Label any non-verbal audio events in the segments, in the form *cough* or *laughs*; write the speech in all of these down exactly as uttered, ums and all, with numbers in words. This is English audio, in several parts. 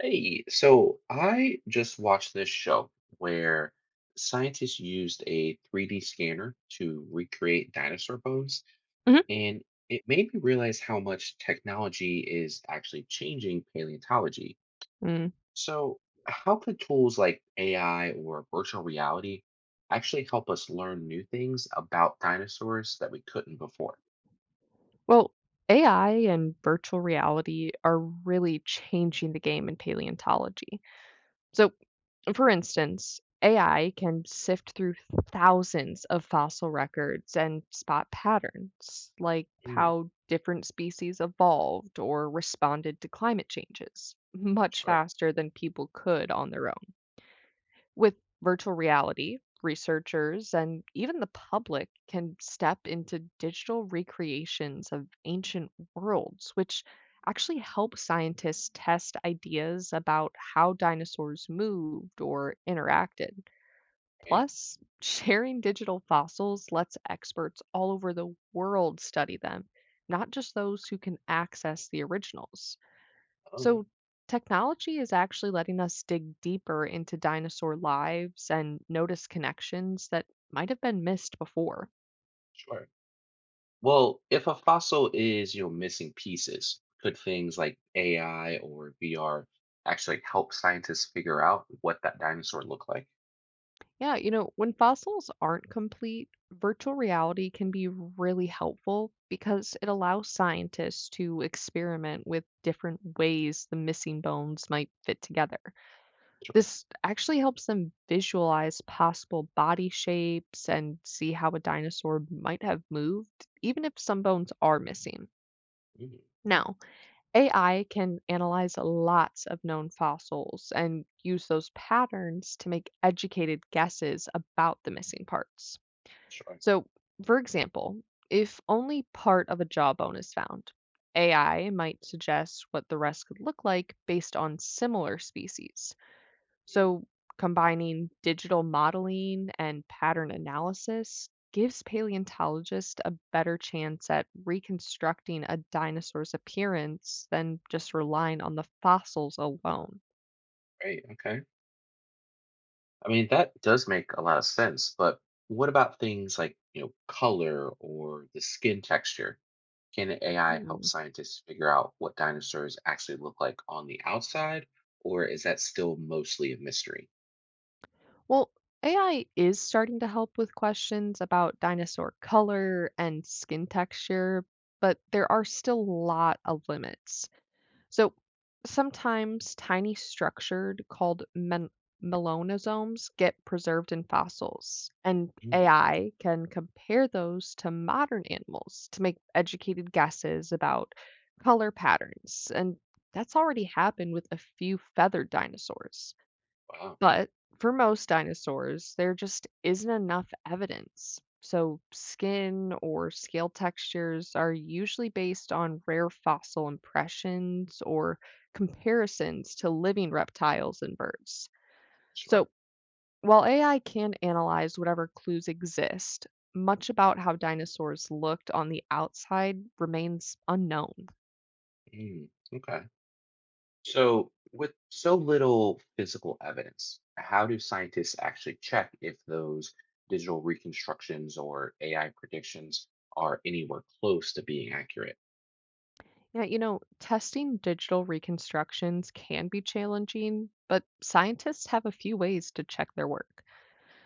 Hey, so I just watched this show where scientists used a three D scanner to recreate dinosaur bones, Mhm. and it made me realize how much technology is actually changing paleontology. Mm. So, how could tools like A I or virtual reality actually help us learn new things about dinosaurs that we couldn't before? Well, A I and virtual reality are really changing the game in paleontology. So, for instance, A I can sift through thousands of fossil records and spot patterns, like Mm, how different species evolved or responded to climate changes, much sure. faster than people could on their own. With virtual reality, researchers and even the public can step into digital recreations of ancient worlds, which actually help scientists test ideas about how dinosaurs moved or interacted. Hey, Plus, *laughs* sharing digital fossils lets experts all over the world study them, not just those who can access the originals. oh, So, technology is actually letting us dig deeper into dinosaur lives and notice connections that might have been missed before. sure. Well, if a fossil is, you know, missing pieces, could things like A I or V R actually help scientists figure out what that dinosaur looked like? Yeah, you know, when fossils aren't complete, virtual reality can be really helpful because it allows scientists to experiment with different ways the missing bones might fit together. Sure. This actually helps them visualize possible body shapes and see how a dinosaur might have moved, even if some bones are missing. Mm, Now, A I can analyze lots of known fossils and use those patterns to make educated guesses about the missing parts. sure. So, for example, if only part of a jawbone is found, A I might suggest what the rest could look like based on similar species. Mm, So, combining digital modeling and pattern analysis gives paleontologists a better chance at reconstructing a dinosaur's appearance than just relying on the fossils alone. great. Okay. I mean, that does make a lot of sense, but what about things like, you know, color or the skin texture? Can A I help Hmm. scientists figure out what dinosaurs actually look like on the outside, or is that still mostly a mystery? Well, A I is starting to help with questions about dinosaur color and skin texture, but there are still a lot of limits. So, sometimes tiny structured called men- melanosomes get preserved in fossils, and Mm, A I can compare those to modern animals to make educated guesses about color patterns. And that's already happened with a few feathered dinosaurs. wow. But for most dinosaurs, there just isn't enough evidence. So, skin or scale textures are usually based on rare fossil impressions or comparisons to living reptiles and birds. Sure. So, while A I can analyze whatever clues exist, much about how dinosaurs looked on the outside remains unknown. Mm, okay. So, with so little physical evidence, how do scientists actually check if those digital reconstructions or A I predictions are anywhere close to being accurate? Yeah, you know, testing digital reconstructions can be challenging, but scientists have a few ways to check their work.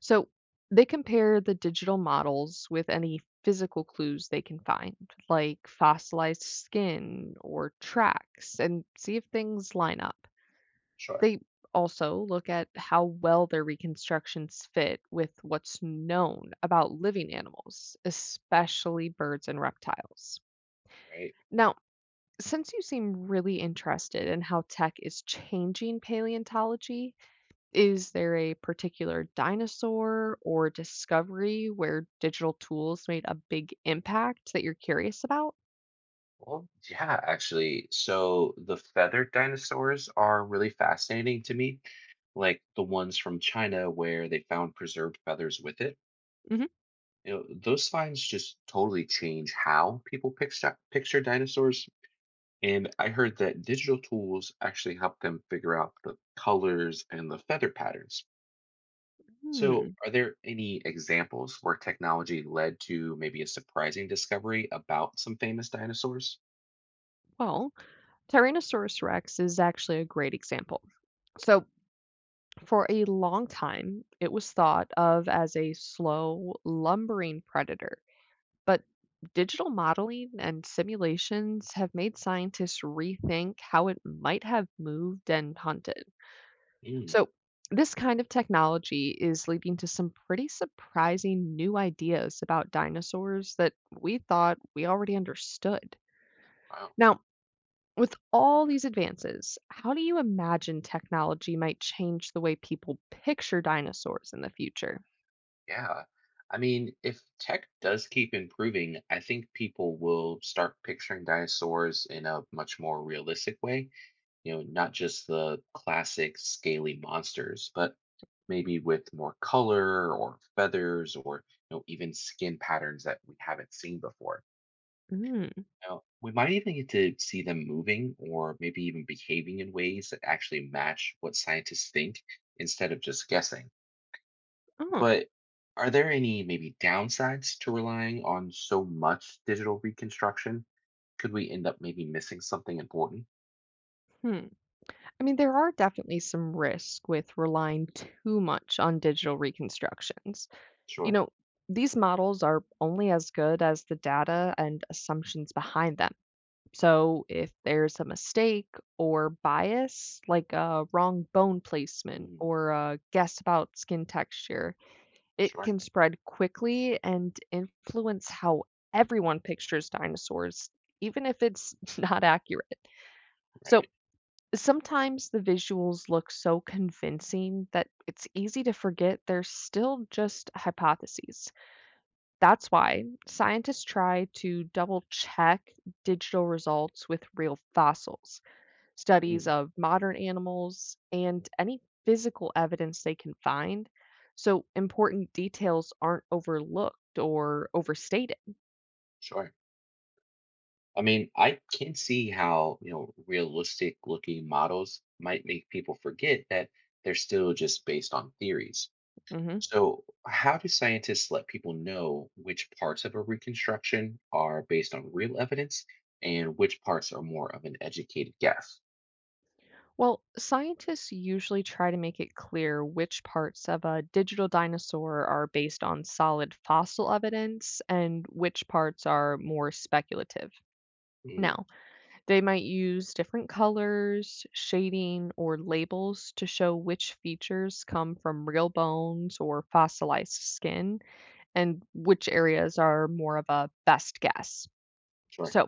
So, they compare the digital models with any physical clues they can find, like fossilized skin or tracks, and see if things line up. Sure. They also look at how well their reconstructions fit with what's known about living animals, especially birds and reptiles. Right. Now, since you seem really interested in how tech is changing paleontology, is there a particular dinosaur or discovery where digital tools made a big impact that you're curious about? Well, yeah, actually. So the feathered dinosaurs are really fascinating to me, like the ones from China where they found preserved feathers with it. Mhm. You know, those finds just totally change how people picture picture dinosaurs. And I heard that digital tools actually help them figure out the colors and the feather patterns. So, Hmm. are there any examples where technology led to maybe a surprising discovery about some famous dinosaurs? Well, Tyrannosaurus rex is actually a great example. So, for a long time, it was thought of as a slow, lumbering predator. But digital modeling and simulations have made scientists rethink how it might have moved and hunted. Mm, So, this kind of technology is leading to some pretty surprising new ideas about dinosaurs that we thought we already understood. wow. Now, with all these advances, how do you imagine technology might change the way people picture dinosaurs in the future? Yeah. I mean, if tech does keep improving, I think people will start picturing dinosaurs in a much more realistic way, you know, not just the classic scaly monsters, but maybe with more color or feathers or, you know even skin patterns that we haven't seen before. Mm. Now, we might even get to see them moving or maybe even behaving in ways that actually match what scientists think instead of just guessing. Oh, But are there any maybe downsides to relying on so much digital reconstruction? Could we end up maybe missing something important? hmm. I mean, there are definitely some risks with relying too much on digital reconstructions. You Sure. know, these models are only as good as the data and assumptions behind them. So, if there's a mistake or bias, like a wrong bone placement Mm, or a guess about skin texture, it sure. can spread quickly and influence how everyone pictures dinosaurs, even if it's *laughs* not accurate. So, Right. sometimes the visuals look so convincing that it's easy to forget they're still just hypotheses. That's why scientists try to double check digital results with real fossils, studies Mm, of modern animals, and any physical evidence they can find, so important details aren't overlooked or overstated. sure. I mean, I can see how, you know, realistic looking models might make people forget that they're still just based on theories. Mhm. So, how do scientists let people know which parts of a reconstruction are based on real evidence and which parts are more of an educated guess? Well, scientists usually try to make it clear which parts of a digital dinosaur are based on solid fossil evidence and which parts are more speculative. Mm, Now, they might use different colors, shading, or labels to show which features come from real bones or fossilized skin and which areas are more of a best guess. sorry. So,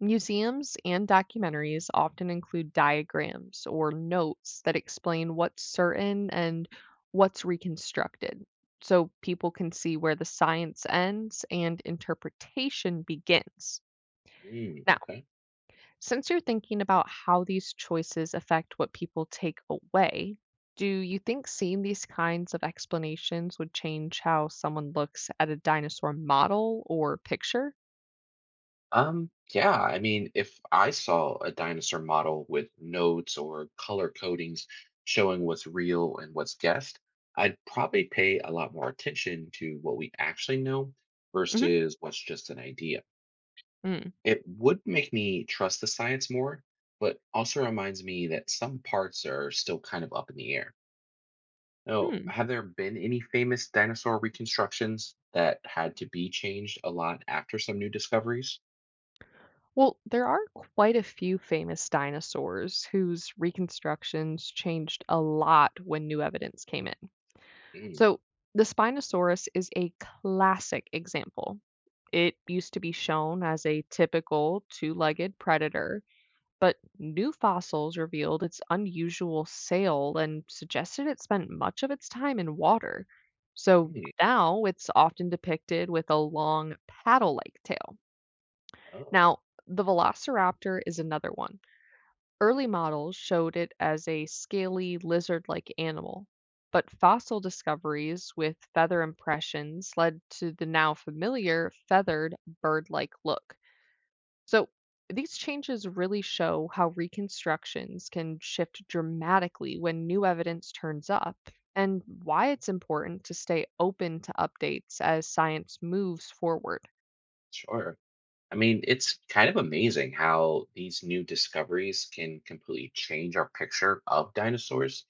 museums and documentaries often include diagrams or notes that explain what's certain and what's reconstructed, so people can see where the science ends and interpretation begins. Mm, Now, okay. since you're thinking about how these choices affect what people take away, do you think seeing these kinds of explanations would change how someone looks at a dinosaur model or picture? Um, yeah, I mean, if I saw a dinosaur model with notes or color codings showing what's real and what's guessed, I'd probably pay a lot more attention to what we actually know versus what's just an idea. Hmm. It would make me trust the science more, but also reminds me that some parts are still kind of up in the air. Oh, have there been any famous dinosaur reconstructions that had to be changed a lot after some new discoveries? Well, there are quite a few famous dinosaurs whose reconstructions changed a lot when new evidence came in. Mm, So, the Spinosaurus is a classic example. It used to be shown as a typical two legged predator, but new fossils revealed its unusual sail and suggested it spent much of its time in water. So, mm, now it's often depicted with a long paddle like tail. oh. Now, the velociraptor is another one. Early models showed it as a scaly, lizard like animal, but fossil discoveries with feather impressions led to the now familiar feathered bird like look. So, these changes really show how reconstructions can shift dramatically when new evidence turns up, and why it's important to stay open to updates as science moves forward. Sure. I mean, it's kind of amazing how these new discoveries can completely change our picture of dinosaurs.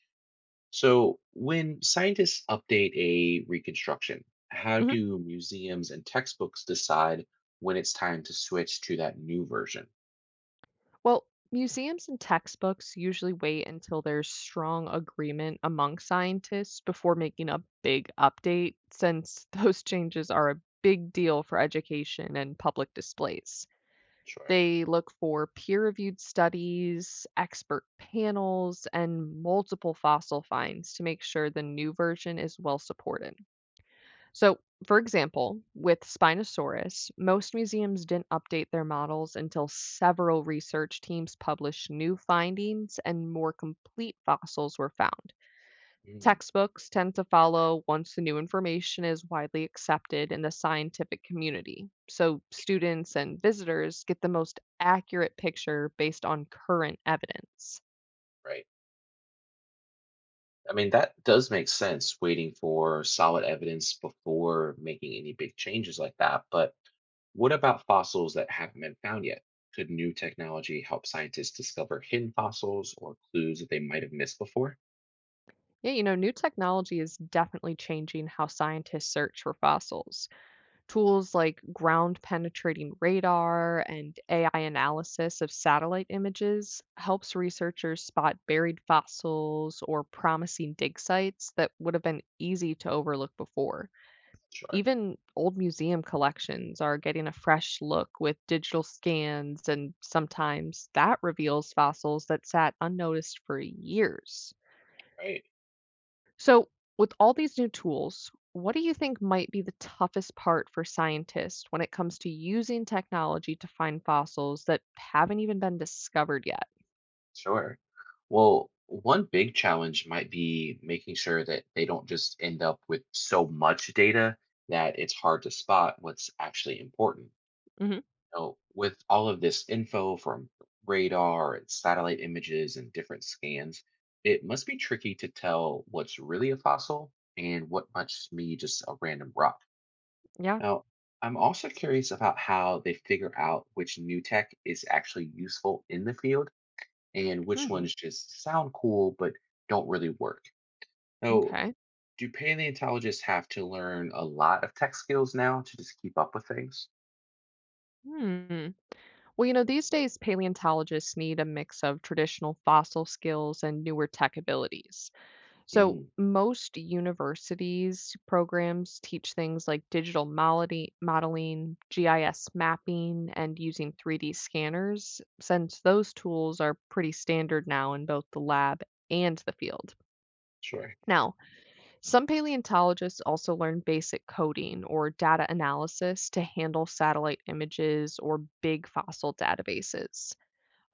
So, when scientists update a reconstruction, how Mhm. do museums and textbooks decide when it's time to switch to that new version? Well, museums and textbooks usually wait until there's strong agreement among scientists before making a big update, since *laughs* those changes are a big deal for education and public displays. Sure. They look for peer reviewed studies, expert panels, and multiple fossil finds to make sure the new version is well supported. So, for example, with Spinosaurus, most museums didn't update their models until several research teams published new findings and more complete fossils were found. Mm, Textbooks tend to follow once the new information is widely accepted in the scientific community. So, students and visitors get the most accurate picture based on current evidence. right. I mean, that does make sense waiting for solid evidence before making any big changes like that. But what about fossils that haven't been found yet? Could new technology help scientists discover hidden fossils or clues that they might have missed before? Yeah, you know, new technology is definitely changing how scientists search for fossils. Tools like ground penetrating radar and A I analysis of satellite images helps researchers spot buried fossils or promising dig sites that would have been easy to overlook before. Sure. Even old museum collections are getting a fresh look with digital scans, and sometimes that reveals fossils that sat unnoticed for years. Right. So, with all these new tools, what do you think might be the toughest part for scientists when it comes to using technology to find fossils that haven't even been discovered yet? Sure. Well, one big challenge might be making sure that they don't just end up with so much data that it's hard to spot what's actually important. Hmm. Know, with all of this info from radar and satellite images and different scans, it must be tricky to tell what's really a fossil and what must be just a random rock. Yeah. Now, I'm also curious about how they figure out which new tech is actually useful in the field and which Hmm. ones just sound cool but don't really work. So, Okay. do paleontologists have to learn a lot of tech skills now to just keep up with things? Hmm. Well, you know, these days paleontologists need a mix of traditional fossil skills and newer tech abilities. So, Mm, most universities programs teach things like digital modelli- modeling, G I S mapping, and using three D scanners, since those tools are pretty standard now in both the lab and the field. sure, Now, some paleontologists also learn basic coding or data analysis to handle satellite images or big fossil databases.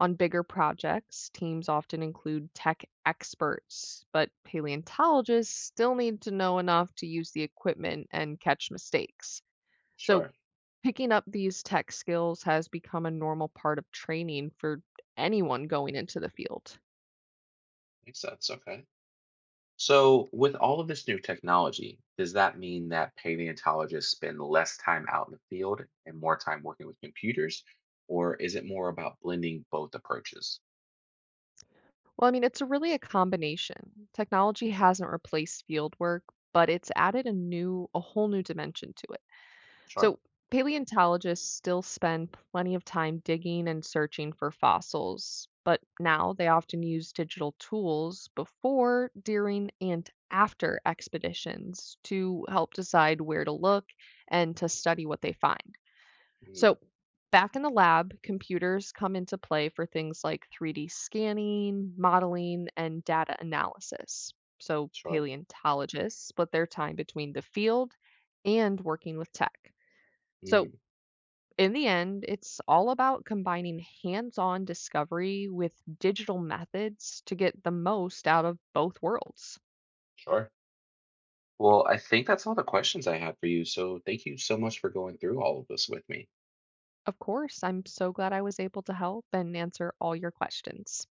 On bigger projects, teams often include tech experts, but paleontologists still need to know enough to use the equipment and catch mistakes. So, sure. picking up these tech skills has become a normal part of training for anyone going into the field. Makes sense. Okay. So, with all of this new technology, does that mean that paleontologists spend less time out in the field and more time working with computers? Or is it more about blending both approaches? Well, I mean, it's a really a combination. Technology hasn't replaced field work, but it's added a new, a whole new dimension to it. Sure. So, paleontologists still spend plenty of time digging and searching for fossils, but now they often use digital tools before, during, and after expeditions to help decide where to look and to study what they find. Mm, So, back in the lab, computers come into play for things like three D scanning, modeling, and data analysis. So, sure. paleontologists split their time between the field and working with tech. So, Mm. in the end, it's all about combining hands-on discovery with digital methods to get the most out of both worlds. Sure. Well, I think that's all the questions I have for you. So, thank you so much for going through all of this with me. Of course, I'm so glad I was able to help and answer all your questions.